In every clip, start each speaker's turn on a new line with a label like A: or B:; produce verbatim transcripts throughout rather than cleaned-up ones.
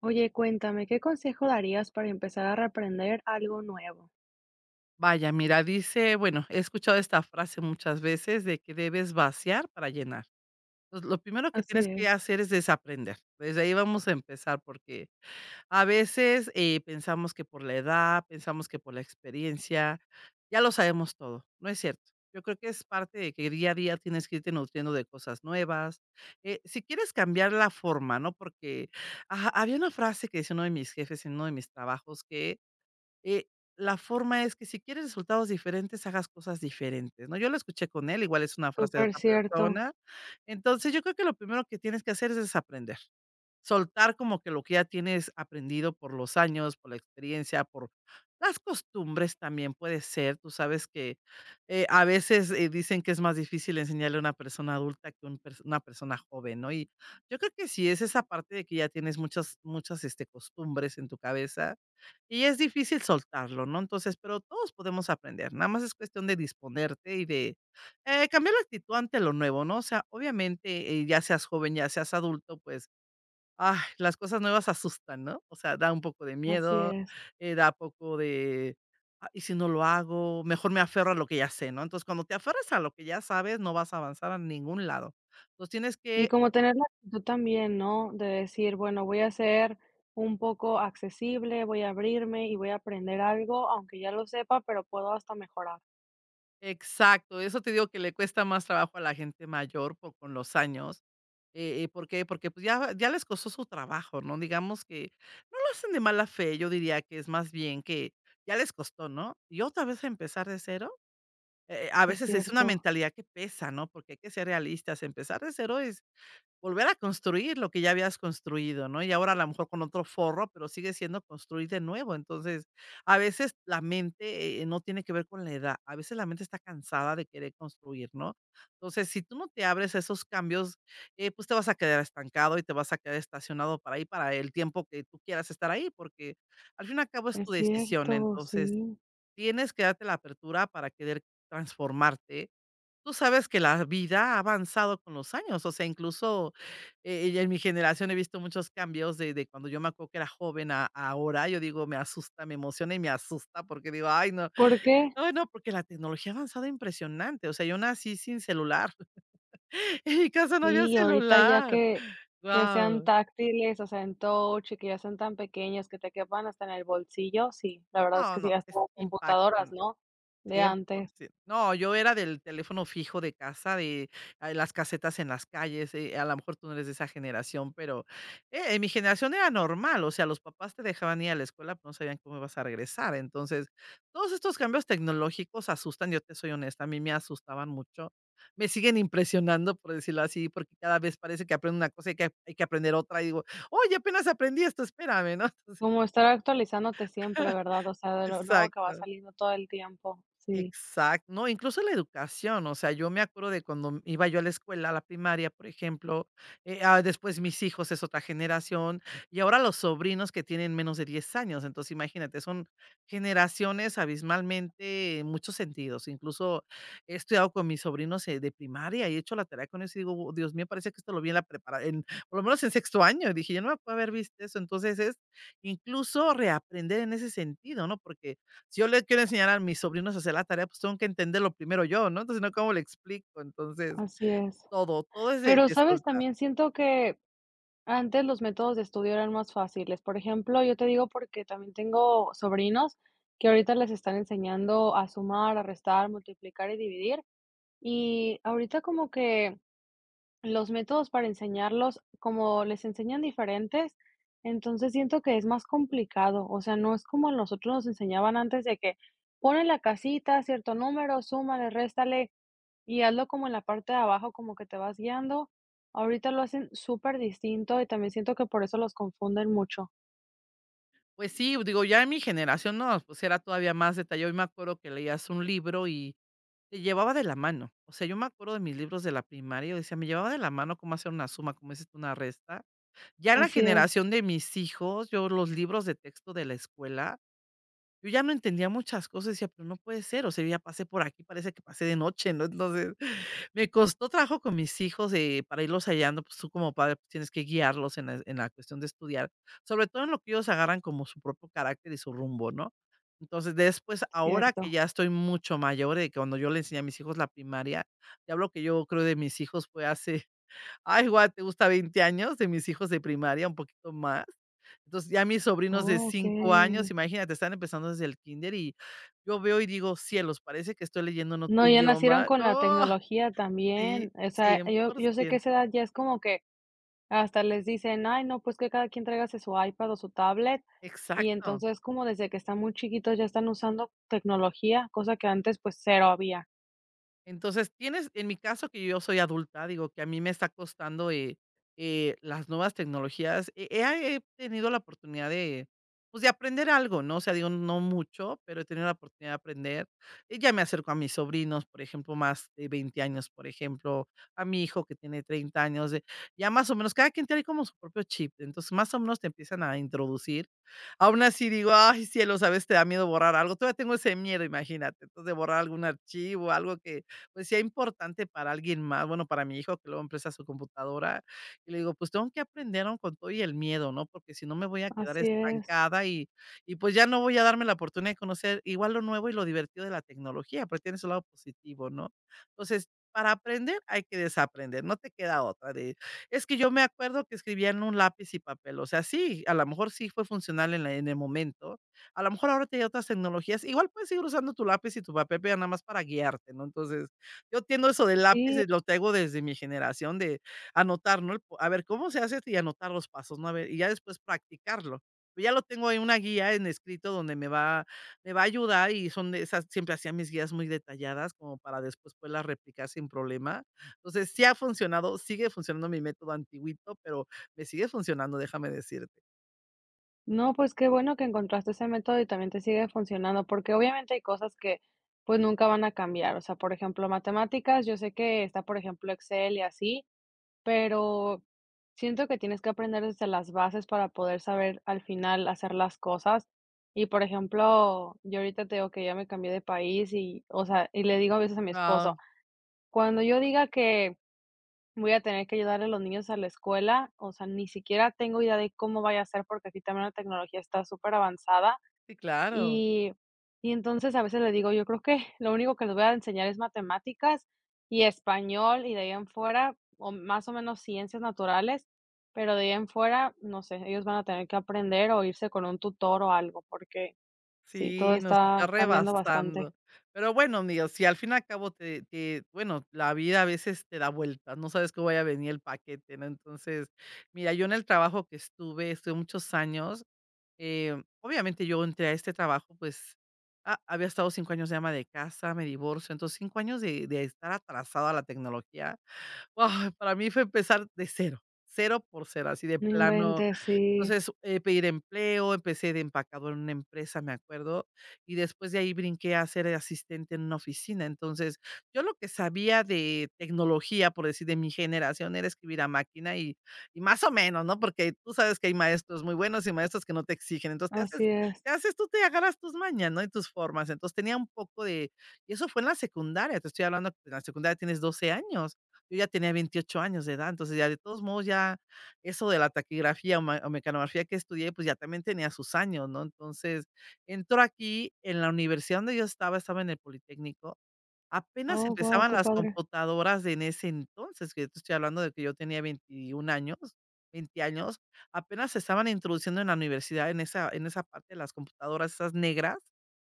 A: Oye, cuéntame, ¿qué consejo darías para empezar a reaprender algo nuevo?
B: Vaya, mira, dice, bueno, he escuchado esta frase muchas veces de que debes vaciar para llenar. Entonces, lo primero que
A: Así
B: tienes que
A: es,
B: hacer es desaprender. Desde ahí vamos a empezar porque a veces eh, pensamos que por la edad, pensamos que por la experiencia, ya lo sabemos todo. No es cierto. Yo creo que es parte de que día a día tienes que irte nutriendo de cosas nuevas. Eh, si quieres cambiar la forma, ¿no? Porque ajá, había una frase que decía uno de mis jefes en uno de mis trabajos que eh, la forma es que si quieres resultados diferentes, hagas cosas diferentes, ¿no? Yo lo escuché con él, igual es una frase de
A: súper
B: otra
A: cierto,
B: persona. Entonces, yo creo que lo primero que tienes que hacer es desaprender. Soltar como que lo que ya tienes aprendido por los años, por la experiencia, por las costumbres también puede ser. Tú sabes que eh, a veces eh, dicen que es más difícil enseñarle a una persona adulta que un pers- una persona joven, ¿no? Y yo creo que sí es esa parte de que ya tienes muchas, muchas este, costumbres en tu cabeza y es difícil soltarlo, ¿no? Entonces, pero todos podemos aprender, nada más es cuestión de disponerte y de, eh, cambiar la actitud ante lo nuevo, ¿no? O sea, obviamente, eh, ya seas joven, ya seas adulto, pues, ay, las cosas nuevas asustan, ¿no? O sea, da un poco de
A: así
B: miedo,
A: es.
B: eh, da poco de, ah, ¿Y si no lo hago? Mejor me aferro a lo que ya sé, ¿no? Entonces, cuando te aferras a lo que ya sabes, no vas a avanzar a ningún lado. Entonces, tienes
A: Y
B: que.
A: como tener la actitud también, ¿no? De decir, bueno, voy a ser un poco accesible, voy a abrirme y voy a aprender algo, aunque ya lo sepa, pero puedo hasta mejorar.
B: Exacto, eso te digo que le cuesta más trabajo a la gente mayor por con los años, eh eh, ¿Por qué? Porque, pues, ya ya les costó su trabajo, ¿no? Digamos que no lo hacen de mala fe, yo diría que es más bien que ya les costó, ¿no? Y otra vez empezar de cero, eh eh, a
A: Es
B: veces es una
A: cierto,
B: mentalidad que pesa, ¿no? Porque hay que ser realistas, empezar de cero es volver a construir lo que ya habías construido, ¿no? Y ahora a lo mejor con otro forro, pero sigue siendo construir de nuevo. Entonces, a veces la mente, eh, no tiene que ver con la edad, a veces la mente está cansada de querer construir, ¿no? Entonces, si tú no te abres a esos cambios, eh, pues te vas a quedar estancado y te vas a quedar estacionado para ahí, para el tiempo que tú quieras estar ahí, porque al fin y al cabo es
A: es
B: tu decisión.
A: cierto,
B: Entonces,
A: sí.
B: tienes que darte la apertura para querer transformarte. Tú sabes que la vida ha avanzado con los años, o sea, incluso, eh, en mi generación he visto muchos cambios de de cuando yo me acuerdo que era joven a a ahora, yo digo, me asusta, me emociona y me asusta porque digo: "Ay, no,
A: ¿Por qué?
B: ay, no", porque la tecnología ha avanzado impresionante, o sea, yo nací sin celular. En mi casa no había
A: Sí, y ahorita ya
B: celular.
A: que que sean
B: Wow.
A: táctiles, o sea, en touch y que ya sean tan pequeños que te quepan hasta en el bolsillo, sí, la verdad es
B: No,
A: que sí,
B: no,
A: hasta
B: es
A: las computadoras,
B: impactante.
A: ¿no?, de antes.
B: cien por ciento. No, yo era del teléfono fijo de casa, de, ah, las casetas en las calles, eh, a lo mejor tú no eres de esa generación, pero, eh, en mi generación era normal, o sea, los papás te dejaban ir a la escuela, pero no sabían cómo ibas a regresar. Entonces, todos estos cambios tecnológicos asustan, yo te soy honesta, a mí me asustaban mucho. Me siguen impresionando, por decirlo así, porque cada vez parece que aprendo una cosa y hay que hay que aprender otra, y digo: "Oye, apenas aprendí esto, espérame", ¿no? Entonces
A: Como estar actualizándote siempre, ¿verdad? O sea, de lo nuevo que va
B: exacto.
A: saliendo todo el tiempo. Sí,
B: Exacto. No, incluso la educación, o sea, yo me acuerdo de cuando iba yo a la escuela, a la primaria, por ejemplo, eh, ah, después mis hijos es otra generación, y ahora los sobrinos que tienen menos de diez años, entonces imagínate, son generaciones abismalmente en muchos sentidos, incluso he estudiado con mis sobrinos eh, de primaria y he hecho la tarea con ellos y digo: "Oh, Dios mío, parece que esto lo vi en la preparación, por lo menos en sexto año", y dije, yo no me puedo haber visto eso, entonces es incluso reaprender en ese sentido, ¿no? Porque si yo le quiero enseñar a mis sobrinos a hacer la tarea, pues tengo que entenderlo primero yo, ¿no? Entonces, si no, ¿cómo le explico? Entonces,
A: así es.
B: todo, todo es de
A: Pero,
B: de
A: ¿sabes?
B: soltar.
A: También siento que antes los métodos de estudio eran más fáciles. Por ejemplo, yo te digo porque también tengo sobrinos que ahorita les están enseñando a sumar, a restar, multiplicar y dividir. Y ahorita como que los métodos para enseñarlos, como les enseñan diferentes, entonces siento que es más complicado, o sea, no es como a nosotros nos enseñaban antes de que pone la casita, cierto número, súmale, réstale y hazlo como en la parte de abajo, como que te vas guiando. Ahorita lo hacen súper distinto y también siento que por eso los confunden mucho.
B: Pues sí, digo, ya en mi generación no, pues era todavía más detallado. Yo me acuerdo que leías un libro y te llevaba de la mano. O sea, yo me acuerdo de mis libros de la primaria, yo decía, me llevaba de la mano cómo hacer una suma, cómo hacer una resta. Ya en la
A: Así es,
B: generación de mis hijos, yo los libros de texto de la escuela. Yo ya no entendía muchas cosas, decía, pero no puede ser, o sea, yo ya pasé por aquí, parece que pasé de noche, ¿no? Entonces, me costó trabajo con mis hijos eh, para irlos hallando, pues tú como padre pues, tienes que guiarlos en la, en la cuestión de estudiar, sobre todo en lo que ellos agarran como su propio carácter y su rumbo, ¿no? Entonces, después, ahora que
A: cierto.
B: ya estoy mucho mayor, de que cuando yo le enseñé a mis hijos la primaria, te hablo que yo creo de mis hijos fue hace, ay, guau, te gusta veinte años de mis hijos de primaria, un poquito más. Entonces, ya mis sobrinos de
A: Oh,
B: cinco
A: okay.
B: años, imagínate, están empezando desde el kinder y yo veo y digo: "Cielos, parece que estoy leyendo en otro
A: No, ya nacieron
B: idioma".
A: con la
B: No,
A: tecnología
B: sí,
A: también. O sea,
B: cien
A: yo,
B: por
A: yo sé que
B: ciento,
A: esa edad ya es como que hasta les dicen: "Ay, no, pues que cada quien tráigase su iPad o su tablet", y
B: Exacto.
A: entonces, como desde que están muy chiquitos ya están usando tecnología, cosa que antes, pues, cero había.
B: Entonces, tienes en mi caso, que yo soy adulta, digo, que a mí me está costando, eh, eh, las nuevas tecnologías. He he he tenido la oportunidad de, pues, de aprender algo, ¿no? O sea, digo, no mucho, pero he tenido la oportunidad de aprender. Eh, ya me acerco a mis sobrinos, por ejemplo, más de veinte años, por ejemplo, a mi hijo que tiene treinta años, eh, ya más o menos, cada quien tiene como su propio chip. Entonces, más o menos te empiezan a introducir. Aún así digo: "Ay, cielos", a veces te da miedo borrar algo. Todavía tengo ese miedo, imagínate. Entonces, de borrar algún archivo, algo que pues, sea importante para alguien más, bueno, para mi hijo, que luego empieza su computadora, y le digo: "Pues, tengo que aprender aun con todo y el miedo, ¿no? Porque si no me voy a quedar
A: Así es.
B: estancada y y, pues, ya no voy a darme la oportunidad de conocer igual lo nuevo y lo divertido de la tecnología", porque tiene su lado positivo, ¿no? Entonces, para aprender hay que desaprender, no te queda otra de: "Es que yo me acuerdo que escribía en un lápiz y papel", o sea, sí, a lo mejor sí fue funcional en la en el momento, a lo mejor ahora te hay otras tecnologías, igual puedes seguir usando tu lápiz y tu papel, pero ya nada más para guiarte, ¿no? Entonces yo entiendo eso del lápiz,
A: Sí.
B: y lo tengo desde mi generación de anotar, ¿no? El po A ver, ¿cómo se hace esto? Y anotar los pasos, ¿no? A ver, y ya después practicarlo. Pero ya lo tengo ahí, una guía en escrito donde me va me va a ayudar, y son de esas, siempre hacía mis guías muy detalladas como para después poderlas replicar sin problema. Entonces, sí ha funcionado, sigue funcionando mi método antiguito, pero me sigue funcionando, déjame decirte.
A: No, pues qué bueno que encontraste ese método y también te sigue funcionando, porque obviamente hay cosas que, pues, nunca van a cambiar. O sea, por ejemplo, matemáticas, yo sé que está, por ejemplo, Excel y así, pero siento que tienes que aprender desde las bases para poder saber al final hacer las cosas. Y por ejemplo, yo ahorita te digo que ya me cambié de país y, o sea, y le digo a veces a mi
B: Guau,
A: esposo, cuando yo diga que voy a tener que ayudar a los niños a la escuela, o sea, ni siquiera tengo idea de cómo vaya a ser porque aquí también la tecnología está súper avanzada.
B: sí, claro.
A: Y y entonces a veces le digo: "Yo creo que lo único que les voy a enseñar es matemáticas y español, y de ahí en fuera, o más o menos ciencias naturales, pero de ahí en fuera, no sé, ellos van a tener que aprender o irse con un tutor o algo", porque sí, todo
B: Sí, nos está
A: está cambiando bastante.
B: rebasando. Pero bueno, amigo, si al fin y al cabo te te bueno, la vida a veces te da vueltas, no sabes cómo vaya a venir el paquete, ¿no? Entonces, mira, yo en el trabajo que estuve, estuve muchos años, eh, obviamente yo entré a este trabajo, pues, ha había estado cinco años de ama de casa, me divorcio, entonces cinco años de de estar atrasado a la tecnología. ¡Guau! Para mí fue empezar de cero, cero por cero, así de
A: No
B: plano.
A: inventes, sí,
B: Entonces, eh, pedir empleo, empecé de empacador en una empresa, me acuerdo, y después de ahí brinqué a ser asistente en una oficina. Entonces, yo lo que sabía de tecnología, por decir, de mi generación, era escribir a máquina y, y más o menos, ¿no? Porque tú sabes que hay maestros muy buenos y maestros que no te exigen. Entonces, te haces,
A: así es.
B: te haces tú te agarras tus mañas, ¿no? Y tus formas. Entonces, tenía un poco de. Y eso fue en la secundaria, te estoy hablando, que en la secundaria tienes doce años. Yo ya tenía veintiocho años de edad, entonces ya de todos modos ya eso de la taquigrafía o ma o mecanografía que estudié, pues, ya también tenía sus años, ¿no? Entonces, entró aquí en la universidad donde yo estaba, estaba en el Politécnico, apenas
A: Oh, guau,
B: empezaban
A: qué
B: las
A: padre.
B: computadoras en ese entonces, que yo te estoy hablando de que yo tenía veintiún años, veinte años, apenas se estaban introduciendo en la universidad en esa en esa parte de las computadoras esas negras,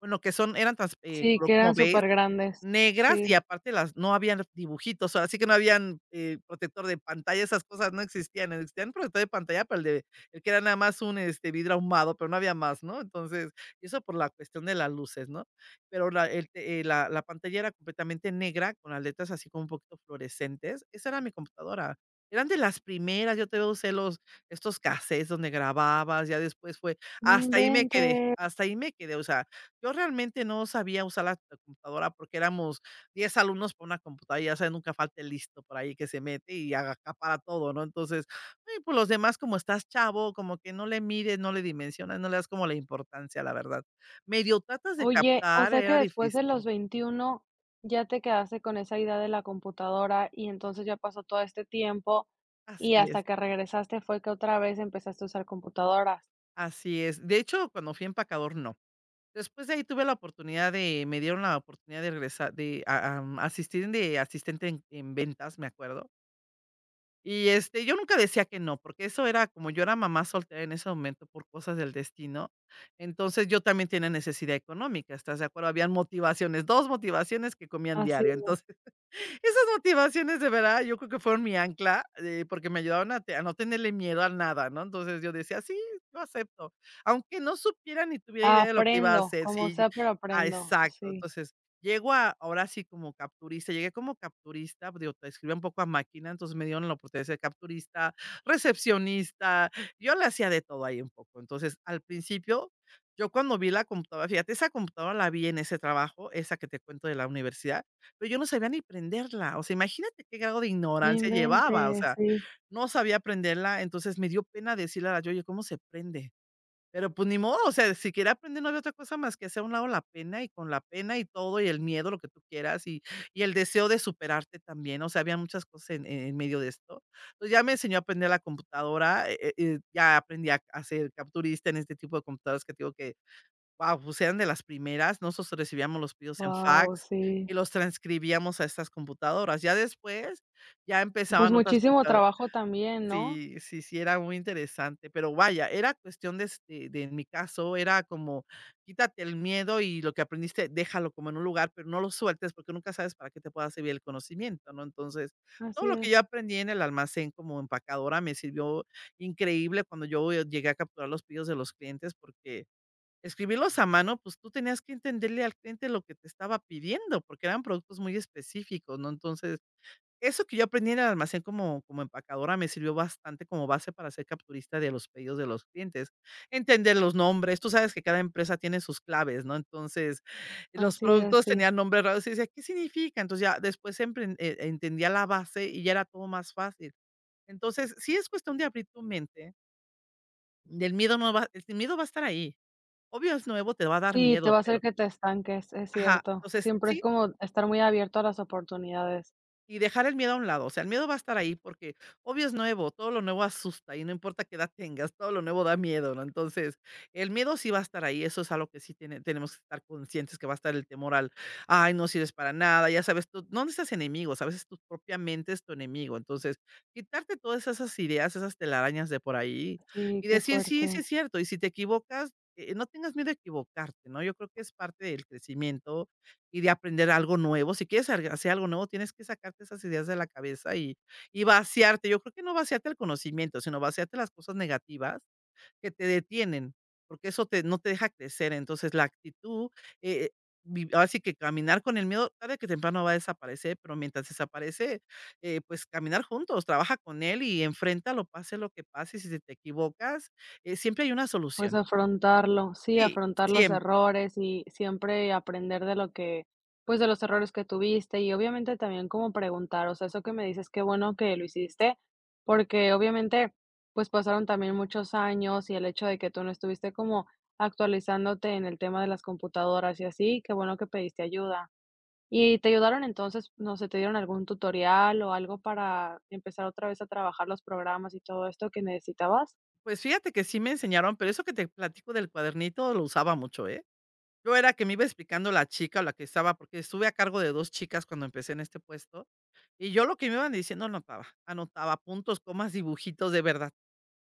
B: bueno, que son eran trans eh,
A: Sí,
B: color
A: que
B: como
A: eran
B: beige.
A: súper grandes.
B: Negras y
A: Sí.
B: aparte las no habían dibujitos, así que no habían, eh, protector de pantalla, esas cosas no existían, no existían protector de pantalla, pero el de el que era nada más un, este, vidrio ahumado, pero no había más, ¿no? Entonces, y eso por la cuestión de las luces, ¿no? Pero la el te eh, la la pantalla era completamente negra, con las letras así como un poquito fluorescentes. Esa era mi computadora. Eran de las primeras, yo te todavía usé los estos cassettes donde grababas, ya después fue
A: No
B: hasta ahí me quedé,
A: inventes.
B: hasta ahí me quedé, o sea, yo realmente no sabía usar la computadora porque éramos diez alumnos por una computadora, ya sabes, nunca falta el listo por ahí que se mete y para todo, ¿no? Entonces, eh, pues los demás, como estás chavo, como que no le mires, no le dimensionas, no le das como la importancia, la verdad. Medio tratas de
A: Oye, o
B: captar,
A: sea que
B: era
A: después de los
B: difícil.
A: veintiuno ya te quedaste con esa idea de la computadora y entonces ya pasó todo este tiempo y
B: Así
A: hasta
B: es,
A: que regresaste fue que otra vez empezaste a usar computadoras.
B: así es. De hecho, cuando fui empacador, no. Después de ahí tuve la oportunidad de, me dieron la oportunidad de regresar, de a- am, asistir de asistente en en ventas, me acuerdo. Y, este, yo nunca decía que no, porque eso era como yo era mamá soltera en ese momento por cosas del destino, entonces yo también tenía necesidad económica, ¿estás de acuerdo? Habían motivaciones, dos motivaciones que comían
A: Así,
B: diario, entonces esas motivaciones de verdad, yo creo que fueron mi ancla, eh, porque me ayudaron a te a no tenerle miedo a nada, ¿no? Entonces, yo decía: "Sí, lo acepto", aunque no supiera ni tuviera idea de lo que iba a
A: aprendo,
B: hacer,
A: como
B: sí.
A: sea, pero
B: Ah,
A: aprendo,
B: exacto.
A: sí.
B: Entonces, llego a ahora sí como capturista, llegué como capturista, digo, te escribía un poco a máquina, entonces me dieron la oportunidad de ser capturista, recepcionista, yo le hacía de todo ahí un poco. Entonces, al principio, yo cuando vi la computadora, fíjate, esa computadora la vi en ese trabajo, esa que te cuento de la universidad. Pero yo no sabía ni prenderla, o sea, imagínate qué grado de
A: No
B: ignorancia llevaba, o
A: inventes,
B: sea,
A: sí.
B: no sabía prenderla, entonces me dio pena decirle a la Yoyo: "¿Cómo se prende?". Pero, pues, ni modo, o sea, si quería aprender no había otra cosa más que hacer a un lado la pena, y con la pena y todo, y el miedo, lo que tú quieras, y y el deseo de superarte también, o sea, había muchas cosas en en en medio de esto. Entonces, ya me enseñó a aprender la computadora, eh eh eh, ya aprendí a a ser capturista en este tipo de computadoras que te digo que wow, pues eran de las primeras. Nosotros recibíamos los pedidos en
A: Wow,
B: fax
A: sí.
B: y los transcribíamos a estas computadoras. Ya después, ya
A: Pues
B: empezaban otras
A: muchísimo
B: computa.
A: trabajo también, ¿no?
B: Sí, sí, sí, era muy interesante, pero vaya, era cuestión de este, de en mi caso, era como quítate el miedo y lo que aprendiste, déjalo como en un lugar, pero no lo sueltes porque nunca sabes para qué te pueda servir el conocimiento, ¿no? Entonces, todo
A: Así
B: lo que yo
A: es,
B: aprendí en el almacén como empacadora me sirvió increíble cuando yo llegué a capturar los pedidos de los clientes porque escribirlos a mano, pues, tú tenías que entenderle al cliente lo que te estaba pidiendo, porque eran productos muy específicos, ¿no? Entonces, eso que yo aprendí en el almacén como como empacadora me sirvió bastante como base para ser capturista de los pedidos de los clientes. Entender los nombres, tú sabes que cada empresa tiene sus claves, ¿no? Entonces, los
A: así es,
B: productos
A: sí.
B: tenían nombres raros y decía: "¿Qué significa?". Entonces, ya después empren eh, entendía la base y ya era todo más fácil. Entonces, sí es cuestión de abrir tu mente, del miedo no va el miedo va a estar ahí. Obvio, es nuevo, te va a dar
A: Sí, te
B: miedo,
A: va a hacer
B: pero
A: que te estanques, es
B: ajá,
A: cierto.
B: entonces
A: Siempre es
B: sí,
A: como estar muy abierto a las oportunidades.
B: y dejar el miedo a un lado, o sea, el miedo va a estar ahí porque obvio es nuevo, todo lo nuevo asusta y no importa qué edad tengas, todo lo nuevo da miedo, ¿no? Entonces, el miedo sí va a estar ahí, eso es algo que sí tiene- tenemos que estar conscientes que va a estar el temor al, ay, no sirves para nada, ya sabes, tú, no necesitas enemigos, a veces tu propia mente es tu enemigo, entonces, quitarte todas esas ideas, esas telarañas de por ahí
A: Sí,
B: y
A: qué
B: decir, sí, sí
A: fuerte.
B: es cierto, y si te equivocas, eh, no tengas miedo a equivocarte, ¿no? Yo creo que es parte del crecimiento y de aprender algo nuevo. Si quieres al hacer algo nuevo, tienes que sacarte esas ideas de la cabeza y y vaciarte. Yo creo que no vaciarte el conocimiento, sino vaciarte las cosas negativas que te detienen, porque eso te no te deja crecer. Entonces, la actitud, eh, vi ahora sí que caminar con el miedo tarde que temprano va a desaparecer, pero mientras desaparece, eh, pues, caminar juntos, trabaja con él y enfréntalo, pase lo que pase, si se te equivocas, eh, siempre hay una
A: Pues
B: solución.
A: afrontarlo, sí,
B: Sí,
A: afrontar los
B: siempre.
A: errores y siempre aprender de lo que, pues de los errores que tuviste y obviamente también como preguntar, o sea, eso que me dices, qué bueno que lo hiciste, porque obviamente pues pasaron también muchos años y el hecho de que tú no estuviste como actualizándote en el tema de las computadoras y así, qué bueno que pediste ayuda. ¿Y te ayudaron entonces, no sé, te dieron algún tutorial o algo para empezar otra vez a trabajar los programas y todo esto que necesitabas?
B: Pues fíjate que sí me enseñaron, pero eso que te platico del cuadernito lo usaba mucho, ¿eh? Yo era que me iba explicando la chica o la que estaba, porque estuve a cargo de dos chicas cuando empecé en este puesto, y yo lo que me iban diciendo anotaba, anotaba puntos, comas, dibujitos, de verdad.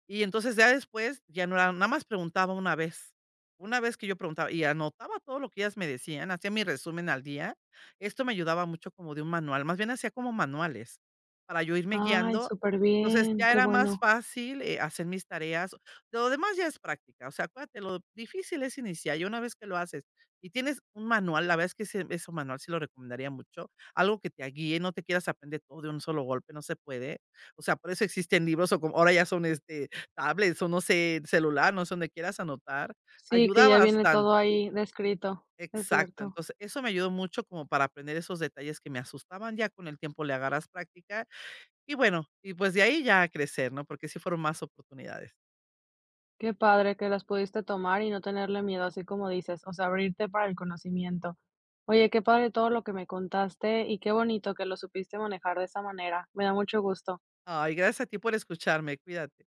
B: Y entonces ya después, ya no era nada más preguntaba una vez. Una vez que yo preguntaba y anotaba todo lo que ellas me decían, hacía mi resumen al día. Esto me ayudaba mucho como de un manual, más bien hacía como manuales para yo irme
A: Ay,
B: guiando.
A: súper
B: Entonces,
A: bien,
B: ya
A: qué
B: era más
A: bueno.
B: fácil, eh, hacer mis tareas. Lo demás ya es práctica, o sea, acuérdate, lo difícil es iniciar, y una vez que lo haces y tienes un manual, la verdad es que ese ese manual sí lo recomendaría mucho, algo que te guíe, no te quieras aprender todo de un solo golpe, no se puede. O sea, por eso existen libros o como ahora ya son, este, tablets o no sé, celular, no sé, donde quieras anotar,
A: Sí, que
B: ayuda
A: ya viene todo
B: bastante.
A: ahí descrito, es
B: Exacto,
A: cierto.
B: entonces eso me ayudó mucho como para aprender esos detalles que me asustaban, ya con el tiempo le agarras práctica y bueno, y pues de ahí ya a crecer, ¿no? Porque sí fueron más oportunidades.
A: Qué padre que las pudiste tomar y no tenerle miedo, así como dices, o sea, abrirte para el conocimiento. Oye, qué padre todo lo que me contaste y qué bonito que lo supiste manejar de esa manera. Me da mucho gusto.
B: Ay, gracias a ti por escucharme, cuídate.